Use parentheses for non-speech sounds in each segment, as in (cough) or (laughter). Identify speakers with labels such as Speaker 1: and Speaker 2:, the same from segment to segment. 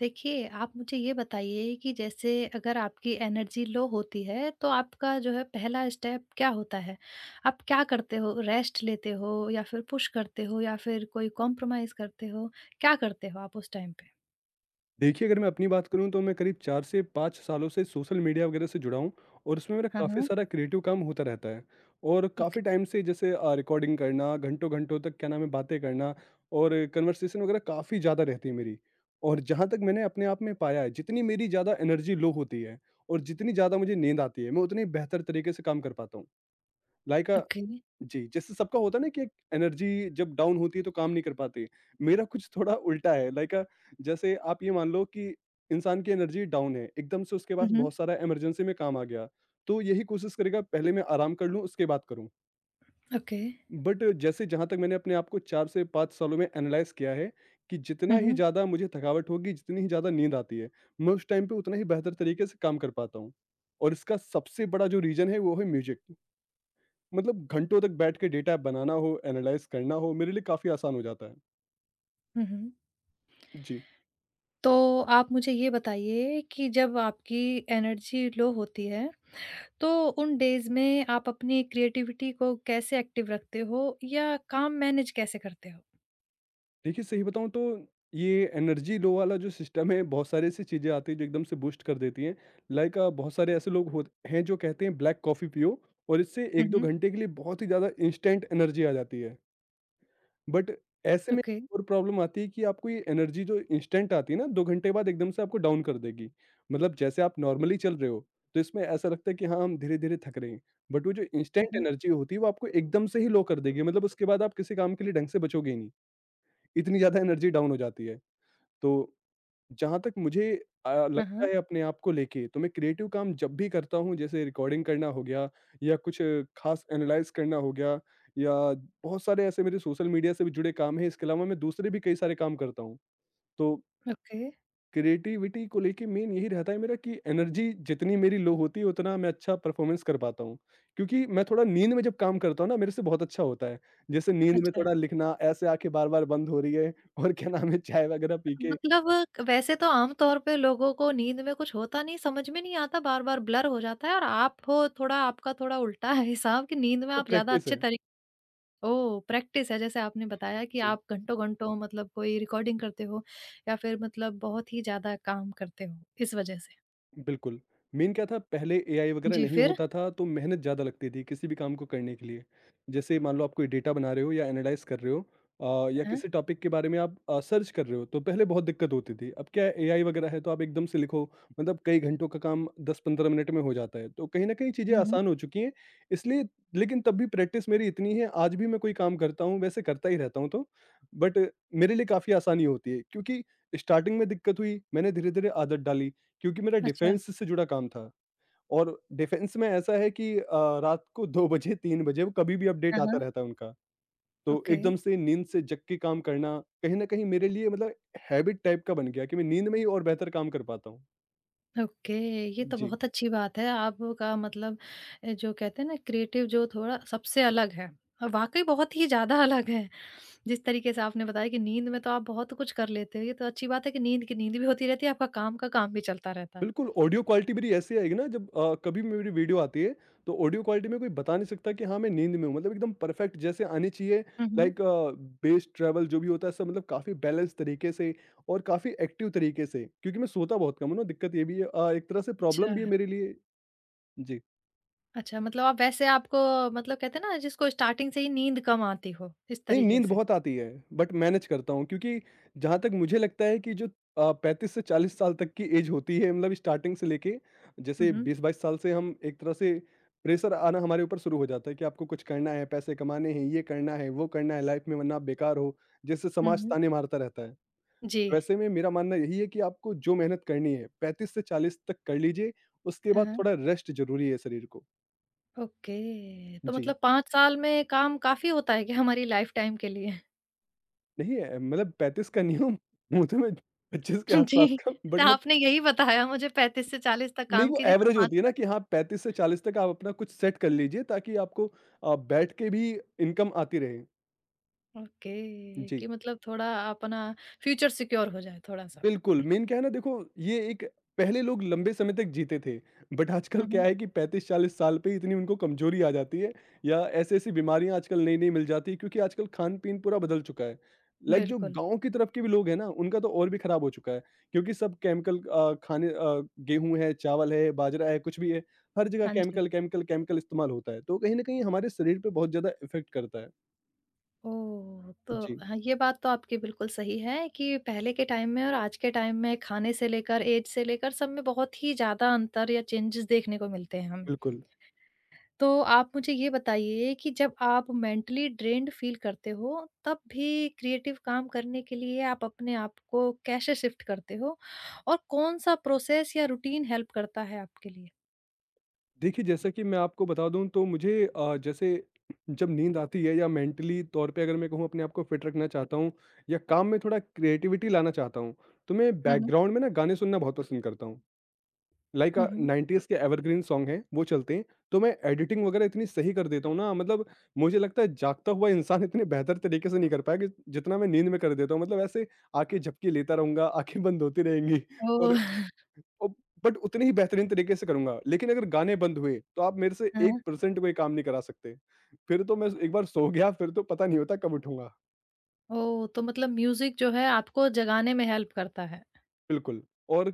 Speaker 1: देखिए, आप मुझे ये बताइए कि जैसे अगर आपकी एनर्जी लो होती है, तो आपका जो है पहला स्टेप क्या होता है? आप क्या करते हो? रेस्ट लेते हो या फिर पुश करते हो या फिर कोई कॉम्प्रोमाइज़ करते हो? क्या करते हो आप उस टाइम पे?
Speaker 2: देखिए, अगर मैं अपनी बात करूँ तो मैं करीब 4 से 5 सालों से सोशल मीडिया वगैरह से जुड़ा हूँ और उसमें मेरा
Speaker 1: हाँ,
Speaker 2: काफ़ी
Speaker 1: हाँ।
Speaker 2: सारा क्रिएटिव काम होता रहता है। और काफ़ी
Speaker 1: ओके,
Speaker 2: टाइम से जैसे रिकॉर्डिंग करना, घंटों-घंटों तक क्या नाम है बातें करना और कन्वर्सेशन वगैरह काफ़ी ज़्यादा रहती है मेरी। और जहाँ तक मैंने अपने आप में पाया है, जितनी मेरी ज़्यादा एनर्जी लो होती है और जितनी ज़्यादा मुझे नींद आती है, मैं उतनी बेहतर तरीके से काम कर पाता हूँ। Like
Speaker 1: okay.
Speaker 2: जी, जैसे सबका होता है ना कि एक एनर्जी जब डाउन होती है तो काम नहीं कर पाते। मेरा कुछ थोड़ा उल्टा है। लाइक जैसे आप ये मान लो कि इंसान की एनर्जी डाउन है, एकदम से उसके
Speaker 1: हुँ,
Speaker 2: पास
Speaker 1: हुँ।
Speaker 2: बहुत सारा इमरजेंसी में काम आ गया, तो यही कोशिश करेगा पहले मैं आराम कर लूँ उसके बाद करूँ।
Speaker 1: ओके।
Speaker 2: बट जैसे जहाँ तक मैंने अपने आप को 4 से 5 सालों में एनालाइज़ किया है कि जितना
Speaker 1: हुँ,
Speaker 2: ही
Speaker 1: हुँ।
Speaker 2: ज़्यादा मुझे थकावट होगी, जितनी ही ज़्यादा नींद आती है, मैं उस टाइम पे उतना ही बेहतर तरीके से काम कर पाता हूँ। और इसका सबसे बड़ा जो रीज़न है वो है म्यूज़िक। मतलब घंटों तक बैठ के डेटा बनाना हो, एनालाइज़ करना हो, मेरे लिए काफ़ी आसान हो जाता है।
Speaker 1: हुँ, हुँ।
Speaker 2: जी।
Speaker 1: तो आप मुझे ये बताइए कि जब आपकी एनर्जी लो होती है, तो उन डेज़ में आप अपनी क्रिएटिविटी को कैसे एक्टिव रखते हो या काम मैनेज कैसे करते हो?
Speaker 2: देखिए, सही बताऊँ तो ये एनर्जी लो वाला जो सिस्टम है, बहुत सारी ऐसी चीज़ें आती हैं जो एकदम से बूस्ट कर देती हैं। लाइक बहुत सारे ऐसे लोग होत हैं जो कहते हैं ब्लैक कॉफ़ी पियो और इससे
Speaker 1: हुँ,
Speaker 2: 1-2
Speaker 1: हुँ।
Speaker 2: घंटे के लिए बहुत ही ज़्यादा इंस्टेंट एनर्जी आ जाती है। बट ऐसे में
Speaker 1: ओके।
Speaker 2: और प्रॉब्लम आती है कि आपको ये एनर्जी जो इंस्टेंट आती है ना 2 घंटे बाद एकदम से आपको डाउन कर देगी। मतलब जैसे आप नॉर्मली चल रहे हो, तो इसमें ऐसा लगता है कि हाँ, हम धीरे-धीरे थक रहे हैं। बट वो जो
Speaker 1: हुँ,
Speaker 2: इंस्टेंट
Speaker 1: हुँ।
Speaker 2: एनर्जी होती है वो आपको एकदम से ही लो कर देगी। मतलब उसके बाद आप किसी काम के लिए ढंग से बचोगे ही नहीं। इतनी ज़्यादा एनर्जी डाउन हो जाती है। तो जहाँ तक मुझे
Speaker 1: हाँ,
Speaker 2: लगता
Speaker 1: हाँ।
Speaker 2: है अपने आप को लेके, तो मैं क्रिएटिव काम जब भी करता हूँ, जैसे रिकॉर्डिंग करना हो गया या कुछ खास एनालाइज़ करना हो गया या बहुत सारे ऐसे मेरे सोशल मीडिया से भी जुड़े काम हैं, इसके अलावा मैं दूसरे भी कई सारे काम करता हूँ। तो
Speaker 1: ओके।
Speaker 2: क्रिएटिविटी को लेके मेन यही रहता है मेरा कि एनर्जी जितनी मेरी लो होती है, उतना मैं अच्छा परफ़ॉर्मेंस कर पाता हूँ। क्योंकि मैं थोड़ा नींद में जब काम करता हूँ ना, मेरे से बहुत अच्छा होता है। जैसे नींद में
Speaker 1: अच्छा।
Speaker 2: थोड़ा लिखना, ऐसे आँखें बार-बार बंद हो रही है और क्या नाम है, चाय वगैरह पी के,
Speaker 1: मतलब वैसे तो आम तौर पे लोगों को नींद में कुछ होता नहीं, समझ में नहीं आता, बार-बार ब्लर हो जाता है और आप हो थोड़ा आपका थोड़ा उल्टा (laughs) है हिसाब कि नींद में
Speaker 2: तो
Speaker 1: आप ज़्यादा
Speaker 2: प्रैक्टिस
Speaker 1: अच्छे
Speaker 2: है।
Speaker 1: तरी। ओह! प्रैक्टिस है जैसे आपने बताया कि
Speaker 2: जी।
Speaker 1: आप घंटों-घंटों मतलब कोई रिकॉर्डिंग करते हो या फिर मतलब बहुत ही ज़्यादा काम करते हो, इस वजह से।
Speaker 2: बिल्कुल। मेन क्या था, पहले एआई वगैरह
Speaker 1: जी,
Speaker 2: नहीं
Speaker 1: फिर?
Speaker 2: होता था तो मेहनत ज़्यादा लगती थी किसी भी काम को करने के लिए। जैसे मान लो आप कोई डेटा बना रहे हो या एनालाइज़ कर रहे हो या
Speaker 1: हाँ।
Speaker 2: किसी टॉपिक के बारे में आप सर्च कर रहे हो तो पहले बहुत दिक्कत होती थी। अब क्या है, एआई वगैरह है तो आप एकदम से लिखो, मतलब कई घंटों का काम 10-15 मिनट में हो जाता है। तो कहीं न कहीं चीज़ें
Speaker 1: हुँ, हुँ।
Speaker 2: आसान हो चुकी हैं, इसलिए लेकिन तब भी प्रैक्टिस मेरी इतनी है, आज भी मैं कोई काम करता हूँ, वैसे करता ही रहता हूँ तो बट मेरे लिए काफ़ी आसानी होती है, क्योंकि स्टार्टिंग में दिक्कत हुई, मैंने धीरे-धीरे आदत डाली। क्योंकि मेरा
Speaker 1: अच्छा।
Speaker 2: डिफेंस से जुड़ा काम था और डिफेंस में ऐसा है कि रात को 2 बजे 3 बजे वो कभी भी अपडेट
Speaker 1: हाँ,
Speaker 2: आता
Speaker 1: हाँ।
Speaker 2: रहता है उनका। तो
Speaker 1: ओके।
Speaker 2: एकदम से नींद से जग के काम करना, कहीं न कहीं मेरे लिए मतलब हैबिट टाइप का बन गया कि मैं नींद में ही और बेहतर काम कर पाता हूँ।
Speaker 1: ओके, ये तो
Speaker 2: जी।
Speaker 1: बहुत अच्छी बात है। आपका मतलब जो कहते हैं ना क्रिएटिव जो थोड़ा सबसे अलग है और वाक़ई बहुत ही ज़्यादा अलग है। जिस तरीके से आपने बताया कि नींद में तो आप बहुत कुछ कर लेते हो, ये तो अच्छी बात है कि नींद की नींद भी होती रहती है, आपका काम का काम भी चलता रहता है।
Speaker 2: बिल्कुल, ऑडियो क्वालिटी मेरी ऐसी आएगी ना, जब कभी भी मेरी वीडियो आती है, तो ऑडियो क्वालिटी में कोई बता नहीं सकता कि हाँ, मैं नींद में हूँ। मतलब एकदम परफेक्ट जैसे आनी चाहिए।
Speaker 1: हुँ, हुँ।
Speaker 2: लाइक बेस ट्रैवल जो भी होता है सब मतलब काफ़ी बैलेंस तरीके से और काफ़ी एक्टिव तरीके से, क्योंकि मैं सोता बहुत कम हूँ ना, दिक्कत ये भी है, एक तरह से
Speaker 1: अच्छा,
Speaker 2: प्रॉब्लम भी है मेरे लिए। जी।
Speaker 1: अच्छा मतलब आप वैसे आपको मतलब कहते हैं ना जिसको स्टार्टिंग से ही नींद कम आती हो, इस
Speaker 2: नहीं,
Speaker 1: तरीके
Speaker 2: नींद
Speaker 1: से।
Speaker 2: बहुत आती है, बट मैनेज करता हूँ, क्योंकि जहाँ तक मुझे लगता है कि जो 35 से 40 साल तक की एज होती है, मतलब स्टार्टिंग से लेके
Speaker 1: हुँ,
Speaker 2: जैसे
Speaker 1: हुँ।
Speaker 2: 20-22 साल से हम एक तरह से प्रेशर आना हमारे ऊपर शुरू हो जाता है कि आपको कुछ करना है, पैसे कमाने हैं, ये करना है, वो करना है लाइफ में, वरना आप बेकार हो, जैसे
Speaker 1: हुँ,
Speaker 2: समाज
Speaker 1: हुँ।
Speaker 2: ताने मारता रहता है।
Speaker 1: जी।
Speaker 2: वैसे में मेरा मानना यही है कि आपको जो मेहनत करनी है 35 से 40 तक कर लीजिए, उसके
Speaker 1: हाँ,
Speaker 2: बाद
Speaker 1: हाँ।
Speaker 2: थोड़ा रेस्ट ज़रूरी है शरीर को।
Speaker 1: ओके, तो
Speaker 2: जी,
Speaker 1: मतलब 5 साल में काम काफ़ी होता है क्या हमारी लाइफ़ टाइम के लिए?
Speaker 2: नहीं मतलब 35 का नहीं हूँ, मुँह तो मैं 25 के
Speaker 1: (laughs)
Speaker 2: आस-पास
Speaker 1: जी,
Speaker 2: का,
Speaker 1: तो
Speaker 2: बट मैं
Speaker 1: आपने यही बताया मुझे 35 से 40 तक
Speaker 2: नहीं
Speaker 1: काम
Speaker 2: वो
Speaker 1: कीजिए तो
Speaker 2: एवरेज
Speaker 1: 5
Speaker 2: होती है ना
Speaker 1: साल।
Speaker 2: कि हाँ 35 से 40 तक आप अपना कुछ सेट कर लीजिए, ताकि आपको बैठ के भी इनकम आती रहे।
Speaker 1: ओके,
Speaker 2: जी।
Speaker 1: कि मतलब थोड़ा अपना फ्यूचर सिक्योर हो जाए थोड़ा-सा।
Speaker 2: बिल्कुल, मेन क्या है ना देखो, ये एक पहले लोग लंबे समय तक जीते थे, बट आजकल
Speaker 1: हुँ,
Speaker 2: क्या
Speaker 1: हुँ,
Speaker 2: है कि 35-40 साल पे ही इतनी उनको कमज़ोरी आ जाती है या ऐसी-ऐसी बीमारियाँ आजकल नई-नई मिल जाती है, क्योंकि आजकल खान-पीन पूरा बदल चुका है। लाइक जो
Speaker 1: बिल्कुल,
Speaker 2: गाँव की तरफ के भी लोग हैं ना, उनका तो और भी खराब हो चुका है, क्योंकि सब केमिकल खाने गेहूँ है, चावल है, बाजरा है, कुछ भी है, हर जगह
Speaker 1: हाँ जी।
Speaker 2: केमिकल, केमिकल, केमिकल इस्तेमाल होता है, तो कहीं न कहीं हमारे शरीर पे बहुत ज़्यादा इफ़ेक्ट करता है।
Speaker 1: ओह! तो
Speaker 2: जी,
Speaker 1: हाँ, ये बात तो आपकी बिल्कुल सही है कि पहले के टाइम में और आज के टाइम में खाने से लेकर, ऐज से लेकर सब में बहुत ही ज़्यादा अंतर या चेंजेस देखने को मिलते हैं हमें।
Speaker 2: बिल्कुल।
Speaker 1: तो आप मुझे ये बताइए कि जब आप मेंटली ड्रेन्ड फील करते हो, तब भी क्रिएटिव काम करने के लिए आप अपने आप को कैसे शिफ्ट करते हो? और कौन-सा प्रोसेस या रूटीन हेल्प करता है आपके लिए?
Speaker 2: देखिए, जैसा कि मैं आपको बता दूँ तो मुझे जैसे जब नींद आती है या मेंटली तौर पे अगर मैं कहूँ अपने आप को फिट रखना चाहता हूँ या काम में थोड़ा क्रिएटिविटी लाना चाहता हूँ, तो मैं
Speaker 1: हुँ, हुँ।
Speaker 2: बैकग्राउंड में ना गाने सुनना बहुत पसंद करता हूँ। लाइक
Speaker 1: हुँ, हुँ।
Speaker 2: 90s के एवरग्रीन सॉन्ग हैं, वो चलते हैं, तो मैं एडिटिंग वगैरह इतनी सही कर देता हूँ ना, मतलब मुझे लगता है जागता हुआ इंसान (laughs) इतने बेहतर तरीके से नहीं कर पाएगा जितना मैं नींद में कर देता हूँ। मतलब ऐसे आँखें झपकी लेता रहूँगा, आँखें बंद होती रहेंगी (laughs) और
Speaker 1: ओह! (laughs)
Speaker 2: ओ बट उतने ही बेहतरीन तरीके से करूँगा, लेकिन अगर गाने बंद हुए, तो आप मेरे से
Speaker 1: हाँ।
Speaker 2: 1% कोई काम नहीं करा सकते। फिर तो मैं एक बार सो गया, फिर तो पता नहीं होता कब उठूँगा।
Speaker 1: ओह! तो मतलब म्यूज़िक जो है आपको जगाने में हेल्प करता है।
Speaker 2: बिल्कुल, और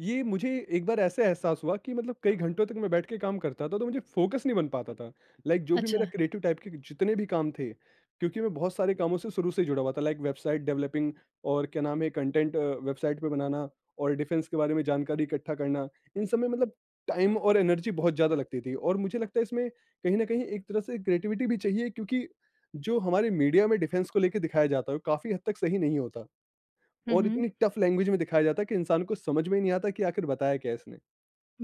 Speaker 2: ये मुझे एक बार ऐसे एहसास हुआ कि मतलब कई घंटों तक मैं बैठ के काम करता था, तो मुझे फ़ोकस नहीं बन पाता था। लाइक जो भी
Speaker 1: अच्छा।
Speaker 2: मेरा क्रिएटिव टाइप के जितने भी काम थे, क्योंकि मैं बहुत सारे कामों से शुरू से जुड़ा हुआ था, लाइक वेबसाइट डेवलपिंग और क्या नाम है कंटेंट वेबसाइट पे बनाना और डिफेंस के बारे में जानकारी इकट्ठा करना, इन सब में मतलब टाइम और एनर्जी बहुत ज़्यादा लगती थी और मुझे लगता है इसमें कहीं न कहीं एक तरह से क्रिएटिविटी भी चाहिए, क्योंकि जो हमारे मीडिया में डिफेंस को लेके दिखाया जाता है, वो काफ़ी हद तक सही नहीं होता।
Speaker 1: हुँ,
Speaker 2: और
Speaker 1: हुँ।
Speaker 2: इतनी टफ लैंग्वेज में दिखाया जाता है कि इंसान को समझ में ही नहीं आता कि आखिर बताया क्या है इसने।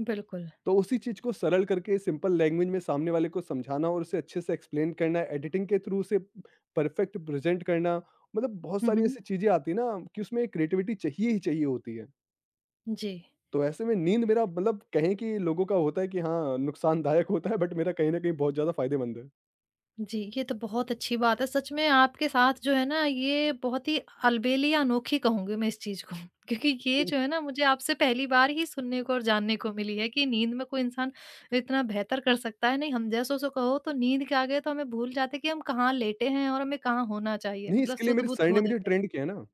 Speaker 1: बिल्कुल।
Speaker 2: तो उसी चीज़ को सरल करके सिंपल लैंग्वेज में सामने वाले को समझाना और उसे अच्छे से एक्सप्लेन करना, एडिटिंग के थ्रू उसे परफेक्ट प्रेज़ेंट करना, मतलब बहुत
Speaker 1: हुँ,
Speaker 2: सारी
Speaker 1: हुँ।
Speaker 2: ऐसी चीज़ें आती है ना कि उसमें क्रिएटिविटी चाहिए ही चाहिए होती है।
Speaker 1: जी।
Speaker 2: तो ऐसे में नींद मेरा मतलब कहें कि लोगों का होता है कि हाँ, नुकसानदायक होता है, बट मेरा कहीं न कहीं बहुत ज़्यादा फ़ायदेमंद है।
Speaker 1: जी, ये तो बहुत अच्छी बात है। सच में आपके साथ जो है ना ये बहुत ही अलबेली या अनोखी कहूँगी मैं इस चीज़ को। (laughs) क्योंकि ये जो है
Speaker 2: (laughs)
Speaker 1: ना मुझे आपसे पहली बार ही सुनने को और जानने को मिली है कि नींद में कोई इंसान इतना बेहतर कर सकता है। नहीं हम जैसों से कहो तो नींद के आगे तो हमें भूल जाते हैं कि हम कहाँ लेटे हैं और हमें कहाँ होना चाहिए।
Speaker 2: नहीं,
Speaker 1: मतलब
Speaker 2: इसके लिए मेरे
Speaker 1: सुध-बुध
Speaker 2: सर ने
Speaker 1: खो
Speaker 2: मुझे
Speaker 1: देते हैं।
Speaker 2: ट्रेंड किया ना।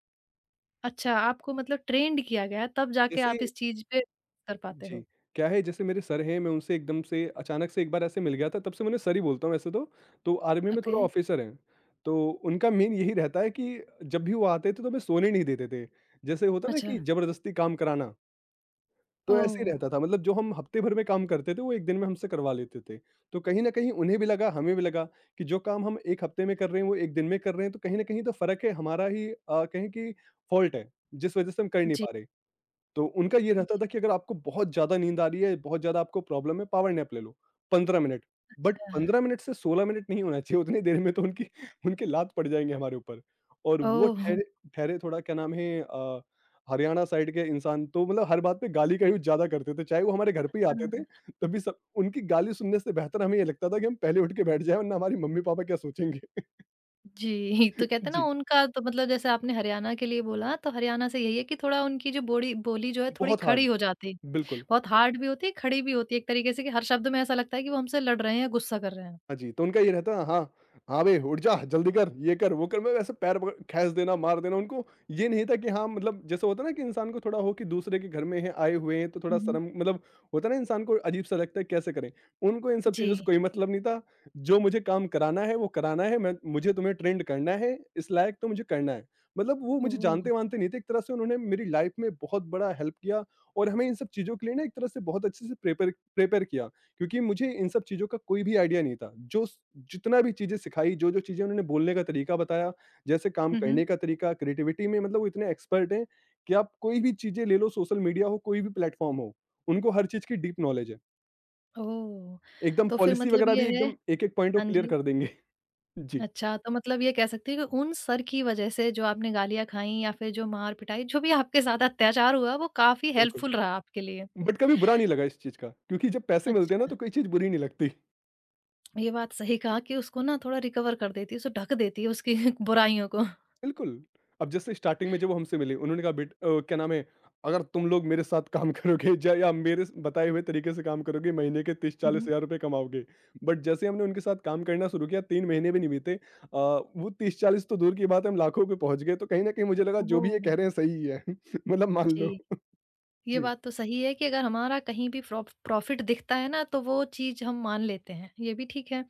Speaker 1: अच्छा, आपको मतलब ट्रेंड किया गया है तब जाके
Speaker 2: जैसे
Speaker 1: आप इस चीज़ पे कर पाते
Speaker 2: जी,
Speaker 1: हो।
Speaker 2: क्या है जैसे मेरे सर हैं, मैं उनसे एकदम से अचानक से एक बार ऐसे मिल गया था, तब से मैं उन्हें सर ही बोलता हूँ वैसे तो। तो आर्मी में
Speaker 1: ओके,
Speaker 2: थोड़ा ऑफ़िसर हैं, तो उनका मेन यही रहता है कि जब भी वो आते थे तो हमें सोने नहीं देते थे। जैसे होता है ना
Speaker 1: अच्छा।
Speaker 2: कि ज़बरदस्ती काम कराना, तो ऐसे ही
Speaker 1: ओह!
Speaker 2: रहता था मतलब जो हम हफ़्ते भर में काम करते थे, वो 1 दिन में हमसे करवा लेते थे। तो कहीं न कहीं उन्हें भी लगा, हमें भी लगा कि जो काम हम 1 हफ़्ते में कर रहे हैं, वो 1 दिन में कर रहे हैं, तो कहीं न कहीं तो फ़र्क है, हमारा ही कहें कि फ़ॉल्ट है, जिस वजह से हम कर नहीं
Speaker 1: जी,
Speaker 2: पा रहे। तो उनका ये रहता
Speaker 1: जी,
Speaker 2: था कि अगर आपको बहुत ज़्यादा नींद आ रही है, बहुत ज़्यादा आपको प्रॉब्लम है, पावर नैप ले लो, 15 मिनट। बट
Speaker 1: अच्छा।
Speaker 2: 15 मिनट से 16 मिनट नहीं होना चाहिए, उतनी देर में तो उनकी (laughs) उनकी लात पड़ जाएँगे हमारे ऊपर। और वो
Speaker 1: ओह! हाँ।
Speaker 2: ठहरे ठहरे थोड़ा क्या नाम है हरियाणा साइड के इंसान, तो मतलब हर बात पे गाली का यूज़ ज़्यादा करते थे। चाहे वो हमारे घर पे ही आते थे,
Speaker 1: (laughs)
Speaker 2: तभी सब उनकी गाली सुनने से बेहतर हमें ये लगता था कि हम पहले उठ के बैठ जाएँ वरना हमारी मम्मी-पापा क्या सोचेंगे।
Speaker 1: जी, (laughs) तो कहते
Speaker 2: (laughs)
Speaker 1: हैं ना
Speaker 2: जी,
Speaker 1: उनका तो मतलब जैसे आपने हरियाणा के लिए बोला तो हरियाणा से यही है कि थोड़ा उनकी जो बोड़ी बोली जो है थोड़ी
Speaker 2: बहुत
Speaker 1: खड़ी
Speaker 2: हार्ड,
Speaker 1: हो जाती है।
Speaker 2: बिल्कुल।
Speaker 1: बहुत हार्ड भी होती है, खड़ी भी होती है एक तरीके से कि हर शब्द में ऐसा लगता है कि वो हमसे लड़ रहे हैं या गुस्सा कर रहे हैं।
Speaker 2: हाँ जी, तो उनका ये रहता है, हाँ, हाँ बे उठ जा, जल्दी कर, ये कर, वो कर, मतलब ऐसे पैर पकड़ खींच देना, मार देना। उनको ये नहीं था कि हाँ, मतलब जैसे होता है ना कि इंसान को थोड़ा हो कि दूसरे के घर में हैं, आए हुए हैं तो थोड़ा
Speaker 1: हुँ, हुँ।
Speaker 2: शर्म, मतलब होता है ना, इंसान को अजीब-सा लगता है कैसे करें। उनको इन सब
Speaker 1: जी।
Speaker 2: चीज़ों से कोई मतलब नहीं था। जो मुझे काम कराना है वो कराना है, मैं मुझे तुम्हें ट्रेंड करना है, इस लायक तो मुझे करना है। मतलब वो मुझे
Speaker 1: ओह!
Speaker 2: जानते-वानते नहीं थे, एक तरह से उन्होंने मेरी लाइफ़ में बहुत बड़ा हेल्प किया और हमें इन सब चीज़ों के लिए ना एक तरह से बहुत अच्छे से प्रेपर प्रेपेयर प्रिपेयर किया। क्योंकि मुझे इन सब चीज़ों का कोई भी आइडिया नहीं था। जो स जितना भी चीज़ें सिखाई, जो-जो चीज़ें उन्होंने बोलने का तरीका बताया, जैसे काम
Speaker 1: हुँ, हुँ।
Speaker 2: करने का तरीका, क्रिएटिविटी में, मतलब वो इतने एक्सपर्ट हैं कि आप कोई भी चीज़ें ले लो, सोशल मीडिया हो, कोई भी प्लेटफ़ॉर्म हो, उनको हर चीज़ की डीप नॉलेज है।
Speaker 1: ओह!
Speaker 2: एकदम
Speaker 1: तो फिर
Speaker 2: पॉलिसी
Speaker 1: मतलब
Speaker 2: वगैरह
Speaker 1: ये
Speaker 2: भी
Speaker 1: है।
Speaker 2: एकदम एक-एक पॉइंट वो
Speaker 1: हाँ
Speaker 2: क्लियर
Speaker 1: जी।
Speaker 2: कर देंगे। (laughs) जी,
Speaker 1: अच्छा, तो मतलब ये कह सकती हैं कि उन सर की वजह से जो आपने गालियाँ खाई या फिर जो मार-पिटाई जो भी आपके साथ अत्याचार हुआ वो काफ़ी
Speaker 2: बिल्कुल।
Speaker 1: हेल्पफुल रहा आपके लिए।
Speaker 2: बट कभी बुरा नहीं लगा इस चीज़ का, क्योंकि जब पैसे मिलते हैं ना
Speaker 1: अच्छा।
Speaker 2: तो कोई चीज़ बुरी नहीं लगती।
Speaker 1: ये बात सही कहा कि उसको ना थोड़ा रिकवर कर देती है, उसे ढक देती है उसकी (laughs) बुराइयों को।
Speaker 2: बिल्कुल। अब जैसे स्टार्टिंग में जब वो हमसे मिले, उन्होंने कहा बेट क्या नाम है, अगर तुम लोग मेरे साथ काम करोगे ज या मेरे स बताए हुए तरीके से काम करोगे, महीने के 30-40
Speaker 1: हुँ,
Speaker 2: हज़ार रुपए कमाओगे। बट जैसे हमने उनके साथ काम करना शुरू किया, 3 महीने भी नहीं बीते वो 30-40 तो दूर की बात है, हम लाखों पे पहुँच गए। तो कहीं न कहीं मुझे लगा जो भी ये
Speaker 1: ओह!
Speaker 2: कह रहे हैं सही ही है। (laughs) मतलब मान लो।
Speaker 1: जी, ये
Speaker 2: जी।
Speaker 1: बात तो सही है कि अगर हमारा कहीं भी प्रॉफ़िट दिखता है ना, तो वो चीज़ हम मान लेते हैं, ये भी ठीक है।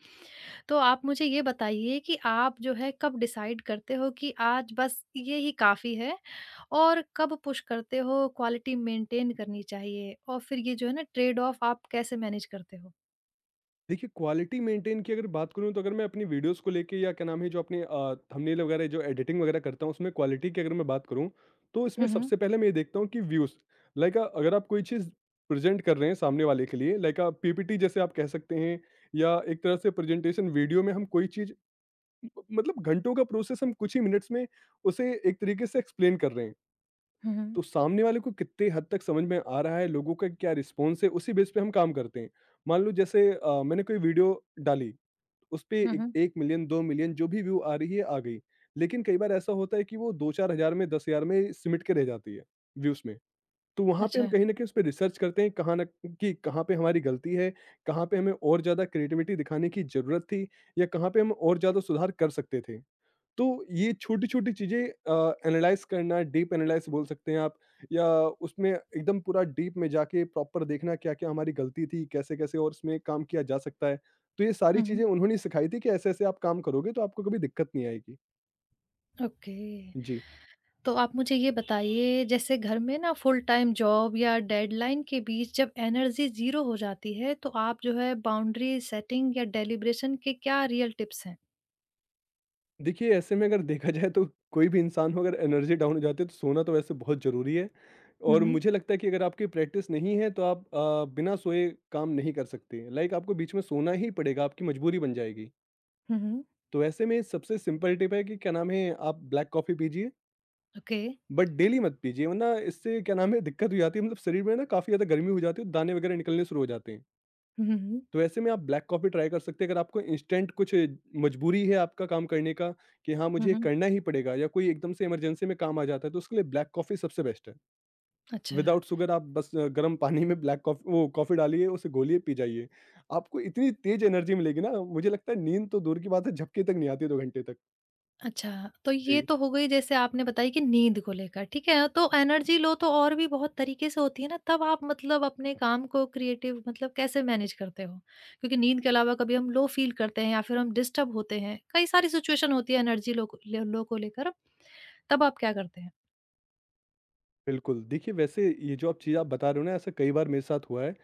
Speaker 1: तो आप मुझे ये बताइए कि आप जो है कब डिसाइड करते हो कि आज बस ये ही काफ़ी है और कब पुश करते हो क्वालिटी मेंटेन करनी चाहिए? और फिर ये जो है ना ट्रेड ऑफ आप कैसे मैनेज करते हो?
Speaker 2: देखिए, क्वालिटी मेंटेन की अगर बात करूँ, तो अगर मैं अपनी वीडियोज़ को लेके या क्या नाम है, जो अपने थंबनेल वगैरह, जो एडिटिंग वगैरह करता हूँ, उसमें क्वालिटी की अगर मैं बात करूँ, तो इसमें
Speaker 1: हुँ, हुँ।
Speaker 2: सबसे पहले मैं ये देखता हूँ कि व्यूज़, लाइक अगर आप कोई चीज़ प्रेज़ेंट कर रहे हैं सामने वाले के लिए, लाइक पीपीटी जैसे आप कह सकते हैं, या एक तरह से प्रेज़ेंटेशन। वीडियो में हम कोई चीज़ म मतलब घंटों का प्रोसेस हम कुछ ही मिनट्स में उसे एक तरीके से एक्सप्लेन कर रहे हैं।
Speaker 1: हुँ, हुँ।
Speaker 2: तो सामने वाले को कितने हद तक समझ में आ रहा है, लोगों का क्या रिस्पॉन्स है, उसी बेस पे हम काम करते हैं। मान लो जैसे मैंने कोई वीडियो डाली, उसपे
Speaker 1: हुँ,
Speaker 2: ए
Speaker 1: हुँ।
Speaker 2: 1 मिलियन 2 मिलियन जो भी व्यू आ रही है, आ गई। लेकिन कई बार ऐसा होता है कि वो 2-4 हज़ार में, 10,000 में सिमट के रह जाती है, व्यूज़ में। तो वहाँ पे हम
Speaker 1: अच्छा।
Speaker 2: कहीं न कहीं उसपे रिसर्च करते हैं कहाँ न कि कहाँ पे हमारी गलती है, कहाँ पे हमें और ज़्यादा क्रिएटिविटी दिखाने की ज़रूरत थी, या कहाँ पे हम और ज़्यादा सुधार कर सकते थे। तो ये छोटी-छोटी चीज़ें एनालाइज़ करना, डीप एनालाइज़ बोल सकते हैं आप, या उसमें एकदम पूरा डीप में जाके प्रॉपर देखना क्या-क्या हमारी गलती थी, कैसे-कैसे और इसमें काम किया जा सकता है। तो ये सारी
Speaker 1: हुँ, हुँ।
Speaker 2: चीज़ें उन्होंने सिखाई थी कि ऐसे-ऐसे आप काम करोगे तो आपको कभी दिक्कत नहीं आएगी।
Speaker 1: ओके।
Speaker 2: जी।
Speaker 1: तो आप मुझे ये बताइए जैसे घर में ना फुल टाइम जॉब या डेडलाइन के बीच जब एनर्जी जीरो हो जाती है तो आप जो है बाउंड्री सेटिंग या डेलिब्रेशन के क्या रियल टिप्स हैं?
Speaker 2: देखिए, ऐसे में अगर देखा जाए तो कोई भी इंसान हो, अगर एनर्जी डाउन हो जाती है तो सोना तो वैसे बहुत ज़रूरी है,
Speaker 1: हुँ,
Speaker 2: और
Speaker 1: हुँ।
Speaker 2: मुझे लगता है कि अगर आपकी प्रैक्टिस नहीं है तो आप बिना सोए काम नहीं कर सकते। लाइक आपको बीच में सोना ही पड़ेगा, आपकी मजबूरी बन जाएगी।
Speaker 1: हुँ, हुँ। हुँ, हुँ।
Speaker 2: तो ऐसे में सबसे सिंपल टिप है कि, क्या नाम है, आप ब्लैक कॉफ़ी पीजिए,
Speaker 1: ओके।
Speaker 2: बट डेली मत पीजिए, वरना इससे, क्या नाम है, दिक्कत हो जाती है, मतलब शरीर में ना काफ़ी ज़्यादा गर्मी हो जाती है, दाने वगैरह निकलने शुरू हो जाते हैं।
Speaker 1: हुँ, हुँ, हुँ।
Speaker 2: तो ऐसे में आप ब्लैक कॉफ़ी ट्राई कर सकते हैं। अगर आपको इंस्टेंट कुछ मजबूरी है आपका काम करने का कि हाँ,
Speaker 1: हुँ,
Speaker 2: मुझे ये
Speaker 1: हुँ।
Speaker 2: करना ही पड़ेगा, या कोई एकदम से इमरजेंसी में काम आ जाता है, तो उसके लिए ब्लैक कॉफ़ी सबसे बेस्ट है।
Speaker 1: अच्छा।
Speaker 2: विदाउट शुगर आप बस गर्म पानी में ब्लैक कॉफ़ी, वो कॉफ़ी डालिए, उसे घोलिए, पी जाइए। आपको इतनी तेज़ एनर्जी मिलेगी ना, मुझे लगता है नींद तो दूर की बात है, झपकी तक नहीं आती 2 घंटे तक।
Speaker 1: अच्छा, तो ये
Speaker 2: जी।
Speaker 1: तो हो गई जैसे आपने बताई कि नींद को लेकर, ठीक है? तो एनर्जी लो तो और भी बहुत तरीके से होती है ना, तब आप मतलब अपने काम को क्रिएटिव मतलब कैसे मैनेज करते हो? क्योंकि नींद के अलावा कभी हम लो फ़ील करते हैं या फिर हम डिस्टर्ब होते हैं, कई सारी सिचुएशन होती है एनर्जी लो को लेकर, तब आप क्या करते हैं?
Speaker 2: बिल्कुल, देखिए वैसे ये जो आप चीज़ आप बता रहे हो ना, ऐसा कई बार मेरे साथ हुआ है।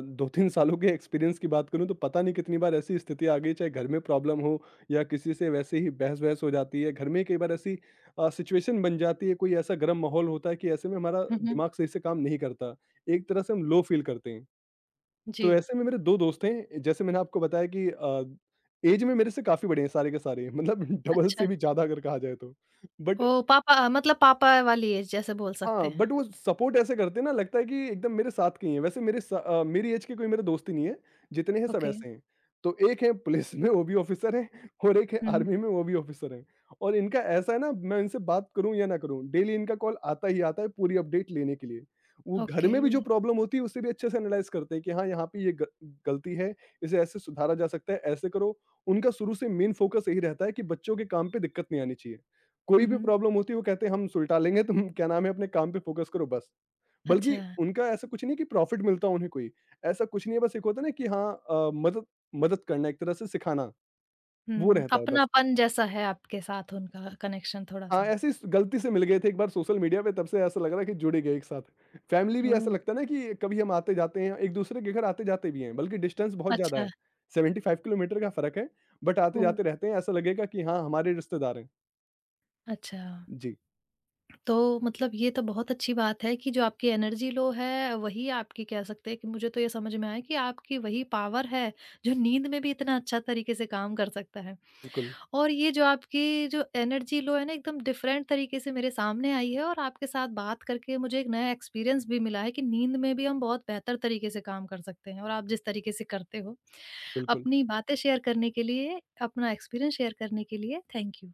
Speaker 2: 2-3 सालों के एक्सपीरियंस की बात करूँ तो पता नहीं कितनी बार ऐसी स्थिति आ गई, चाहे घर में प्रॉब्लम हो या किसी से वैसे ही बहस-वहस हो जाती है। घर में कई बार ऐसी सिचुएशन बन जाती है, कोई ऐसा गर्म माहौल होता है कि ऐसे में हमारा
Speaker 1: हुँ, हुँ।
Speaker 2: दिमाग सही से काम नहीं करता। एक तरह से हम लो फील करते हैं।
Speaker 1: जी,
Speaker 2: तो ऐसे में मेरे 2 दोस्त हैं, जैसे मैंने आपको बताया कि एज में मेरे से काफ़ी बड़े हैं सारे के सारे, मतलब (laughs) डबल
Speaker 1: अच्छा।
Speaker 2: से भी ज़्यादा अगर कहा जाए तो। But
Speaker 1: oh! पापा मतलब पापा वाली एज जैसे बोल
Speaker 2: हाँ,
Speaker 1: सकते हैं।
Speaker 2: बट वो सपोर्ट ऐसे करते हैं ना, लगता है कि एकदम मेरे साथ के ही हैं। वैसे मेरी एज के कोई मेरे दोस्त ही नहीं है, जितने हैं सब
Speaker 1: ओके।
Speaker 2: ऐसे हैं। तो एक है पुलिस में, वो भी ऑफ़िसर हैं, और एक है
Speaker 1: हुँ,
Speaker 2: आर्मी में, वो भी ऑफ़िसर हैं। और इनका ऐसा है ना, मैं इनसे बात करूँ या ना करूँ, डेली इनका कॉल आता ही आता है पूरी अपडेट लेने के लिए। वो घर
Speaker 1: ओके।
Speaker 2: में भी जो प्रॉब्लम होती है उसे भी अच्छे से एनालाइज़ करते हैं कि हाँ, यहाँ पे ये ग गलती है, इसे ऐसे सुधारा जा सकता है, ऐसे करो। उनका शुरू से मेन फ़ोकस यही रहता है कि बच्चों के काम पे दिक्कत नहीं आनी चाहिए। कोई
Speaker 1: हुँ,
Speaker 2: भी
Speaker 1: हुँ।
Speaker 2: प्रॉब्लम होती है वो कहते हैं हम सुलटा लेंगे, तुम (laughs) क्या नाम है, अपने काम पे फ़ोकस करो बस। बल्कि
Speaker 1: अच्छा।
Speaker 2: उनका ऐसा कुछ नहीं है कि प्रॉफ़िट मिलता हो उन्हें कोई, ऐसा कुछ नहीं है, बस एक होता है ना कि हाँ, मदद मदद करना, एक तरह से सिखाना, वो
Speaker 1: हुँ,
Speaker 2: रहता है बस।
Speaker 1: अपनापन जैसा है आपके साथ उनका कनेक्शन
Speaker 2: हाँ,
Speaker 1: थोड़ा-सा।
Speaker 2: ऐसे ही स गलती से मिल गए थे एक बार सोशल मीडिया पे, तब से ऐसा लग रहा है कि जुड़ ही गए एक साथ। फैमिली भी
Speaker 1: ओह!
Speaker 2: ऐसा लगता है ना कि कभी हम आते-जाते हैं, एक दूसरे के घर आते-जाते भी हैं, बल्कि डिस्टेंस बहुत ज़्यादा
Speaker 1: अच्छा,
Speaker 2: है, 75 किलोमीटर का फ़र्क है, बट
Speaker 1: ओह!
Speaker 2: आते-जाते रहते हैं, ऐसा लगेगा कि हाँ, हमारे रिश्तेदार हैं।
Speaker 1: अच्छा।
Speaker 2: जी,
Speaker 1: तो मतलब ये तो बहुत अच्छी बात है कि जो आपकी एनर्जी लो है, वही आपकी कह सकते हैं कि मुझे तो ये समझ में आया कि आपकी वही पावर है, जो नींद में भी इतना अच्छा तरीके से काम कर सकता है।
Speaker 2: बिल्कुल,
Speaker 1: और ये जो आपकी जो एनर्जी लो है ना, एकदम डिफरेंट तरीके से मेरे सामने आई है और आपके साथ बात करके मुझे एक नया एक्सपीरियंस भी मिला है कि नींद में भी हम बहुत बेहतर तरीके से काम कर सकते हैं और आप जिस तरीके से करते हो।
Speaker 2: बिल्कुल।
Speaker 1: अपनी बातें शेयर करने के लिए, अपना एक्सपीरियंस शेयर करने के लिए, थैंक यू।